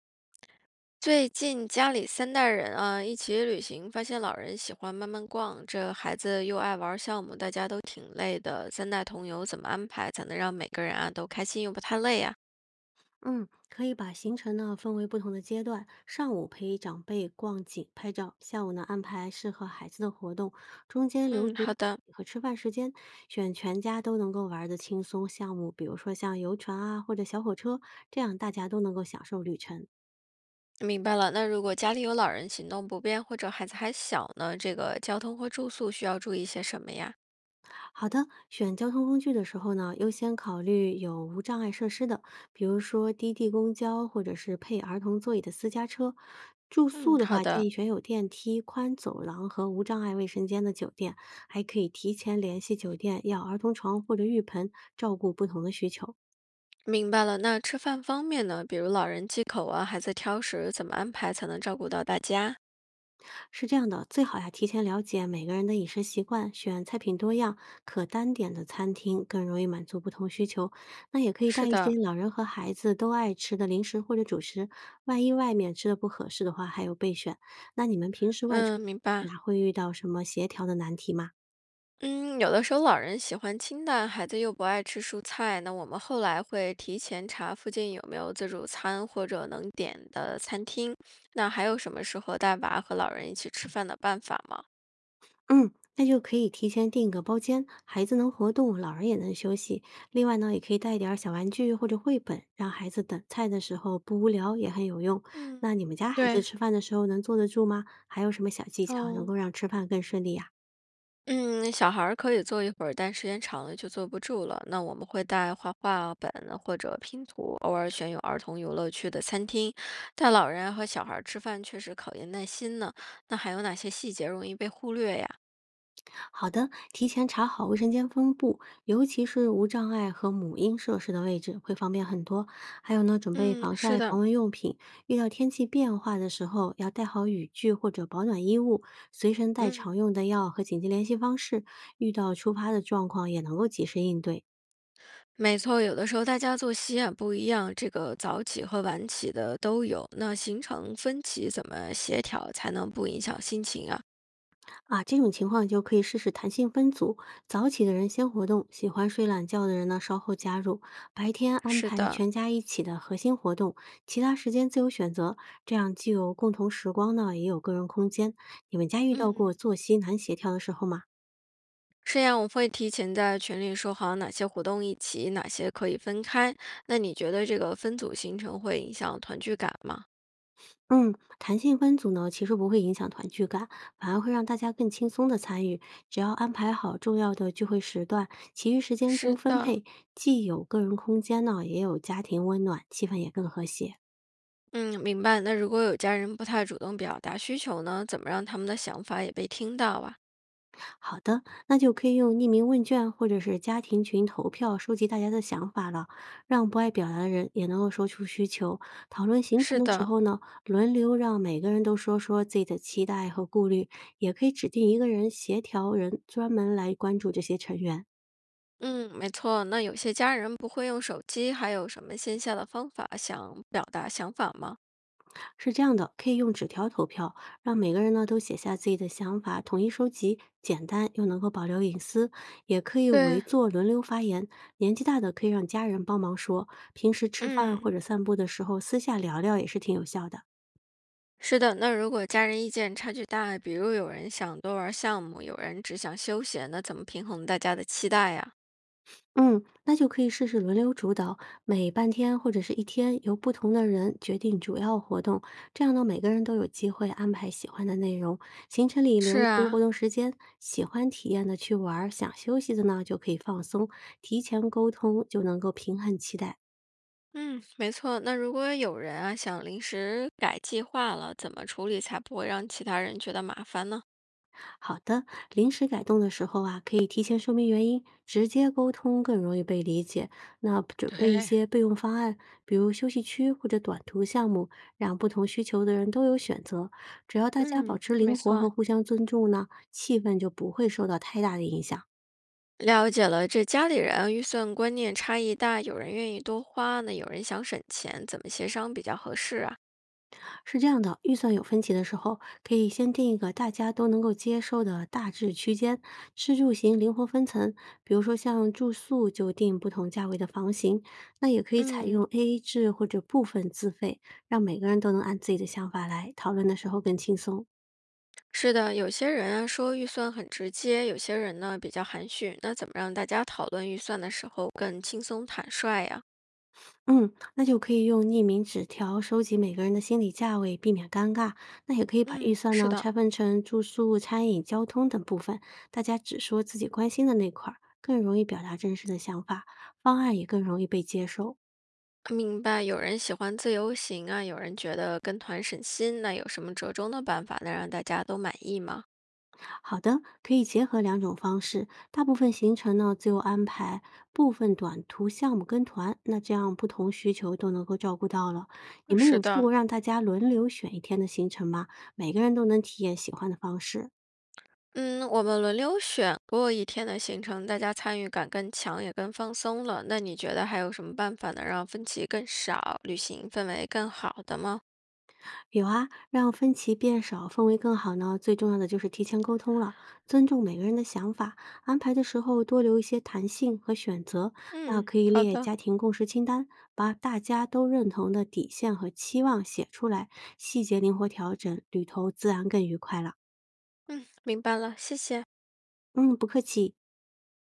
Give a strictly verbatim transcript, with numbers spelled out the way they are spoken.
最近家里三代人啊一起旅行，发现老人喜欢慢慢逛，这孩子又爱玩项目，大家都挺累的。三代同游怎么安排才能让每个人啊都开心又不太累呀、嗯，可以把行程呢分为不同的阶段，上午陪长辈逛景拍照，下午呢安排适合孩子的活动，中间留嗯，足好的，和吃饭时间，选全家都能够玩的轻松项目，比如说像游船啊或者小火车，这样大家都能够享受旅程。明白了。那如果家里有老人行动不便或者孩子还小呢，这个交通或住宿需要注意些什么呀？好的，选交通工具的时候呢，优先考虑有无障碍设施的，比如说滴滴公交或者是配儿童座椅的私家车。住宿嗯，的好话，建的，议选有电梯、宽走廊和无障碍卫生间的酒店，还可以提前联系酒店要儿童床或者浴盆，照顾不同的需求。明白了。那吃饭方面呢，比如老人忌口啊，孩子挑食，怎么安排才能照顾到大家？是这样的，最好呀提前了解每个人的饮食习惯，选菜品多样、可单点的餐厅，更容易满足不同需求。那也可以是带一些的，老人和孩子都爱吃的零食或者主食，万一外面吃的不合适的话，还有备选。那你们平时外出嗯，明白。呀，会遇到什么协调的难题吗？嗯，有的时候老人喜欢清淡，孩子又不爱吃蔬菜，那我们后来会提前查附近有没有自助餐或者能点的餐厅。那还有什么适合带娃和老人一起吃饭的办法吗？嗯，那就可以提前订个包间，孩子能活动，老人也能休息。另外呢，也可以带一点儿小玩具或者绘本，让孩子等菜的时候不无聊，也很有用。那嗯，你们家孩子对，吃饭的时候能坐得住吗？还有什么小技巧能哦，够让吃饭更顺利呀？嗯，小孩儿可以坐一会儿，但时间长了就坐不住了。那我们会带画画本或者拼图，偶尔选有儿童游乐区的餐厅。带老人啊和小孩儿吃饭确实考验耐心呢。那还有哪些细节容易被忽略呀？好的，提前查好卫生间分布，尤其是无障碍和母婴设施的位置，会方便很多。还有呢，准备嗯，防是晒、的，防蚊用品，遇到天气变化的时候，要带好雨具或者保暖衣物，随身带常嗯，用的药和紧急联系方式，遇到突发的状况也能够及时应对。没错，有的时候大家作息啊不一样，这个早起和晚起的都有，那行程分歧怎么协调才能不影响心情啊？啊，这种情况就可以试试弹性分组，早起的人先活动，喜欢睡懒觉的人呢稍后加入，白天安是排的，全家一起的核心活动，其他时间自由选择，这样既有共同时光呢，也有个人空间。你们家遇到过嗯，作息难协调的时候吗？是呀，我会提前在群里说好哪些活动一起，哪些可以分开。那你觉得这个分组行程会影响团聚感吗？嗯，弹性分组呢，其实不会影响团聚感，反而会让大家更轻松的参与。只要安排好重要的聚会时段，其余时间自由是分的，配，既有个人空间呢，也有家庭温暖，气氛也更和谐。嗯，明白。那如果有家人不太主动表达需求呢，怎么让他们的想法也被听到啊？好的，那就可以用匿名问卷或者是家庭群投票收集大家的想法了，让不爱表达的人也能够说出需求。讨论行程是的时的，候呢，轮流让每个人都说说自己的期待和顾虑，也可以指定一个人协调人专门来关注这些成员。嗯，没错。那有些家人不会用手机，还有什么线下的方法想表达想法吗？是这样的，可以用纸条投票，让每个人呢都写下自己的想法，统一收集，简单又能够保留隐私。也可以围对，坐轮流发言，年纪大的可以让家人帮忙说，平时吃饭嗯，或者散步的时候私下聊聊也是挺有效的。是的。那如果家人意见差距大，比如有人想多玩项目，有人只想休闲，那怎么平衡大家的期待呀？嗯，那就可以试试轮流主导，每半天或者是一天由不同的人决定主要活动，这样呢，每个人都有机会安排喜欢的内容，行程里是留足活啊，动时间，喜欢体验的去玩儿想休息的呢就可以放松，提前沟通就能够平衡期待。嗯，没错。那如果有人啊想临时改计划了，怎么处理才不会让其他人觉得麻烦呢？好的，临时改动的时候啊，可以提前说明原因，直接沟通更容易被理解。那准备一对，些备用方案，比如休息区或者短途项目，让不同需求的人都有选择。只要大家保嗯，持没灵活错。和互相尊重呢，气氛就不会受到太大的影响。了解了，这家里人预算观念差异大，有人愿意多花那有人想省钱，怎么协商比较合适啊？是这样的，预算有分歧的时候，可以先定一个大家都能够接受的大致区间，吃住行灵活分层。比如说像住宿就定不同价位的房型，那也可以采用 嗯，A A 制或者部分自费，让每个人都能按自己的想法来，讨论的时候更轻松。是的，有些人啊说预算很直接，有些人呢比较含蓄，那怎么让大家讨论预算的时候更轻松坦率呀？嗯，那就可以用匿名纸条收集每个人的心理价位，避免尴尬。那也可以把预嗯，算是呢的，拆分成住宿、餐饮、交通等部分，大家只说自己关心的那块儿，更容易表达真实的想法，方案也更容易被接受。明白，有人喜欢自由行啊，有人觉得跟团省心，那有什么折中的办法能让大家都满意吗？好的，可以结合两种方式，大部分行程呢自由安排，部分短途项目跟团，那这样不同需求都能够照顾到了。你们是有试过的。让大家轮流选一天的行程吗？每个人都能体验喜欢的方式。嗯，我们轮流选过一天的行程，大家参与感更强，也更放松了。那你觉得还有什么办法能让分歧更少，旅行氛围更好的吗？有啊，让分歧变少，氛围更好呢。最重要的就是提前沟通了，尊重每个人的想法，安排的时候多留一些弹性和选择。那嗯，可以好列的，家庭共识清单，把大家都认同的底线和期望写出来，细节灵活调整，旅途自然更愉快了。嗯，明白了，谢谢。嗯，不客气。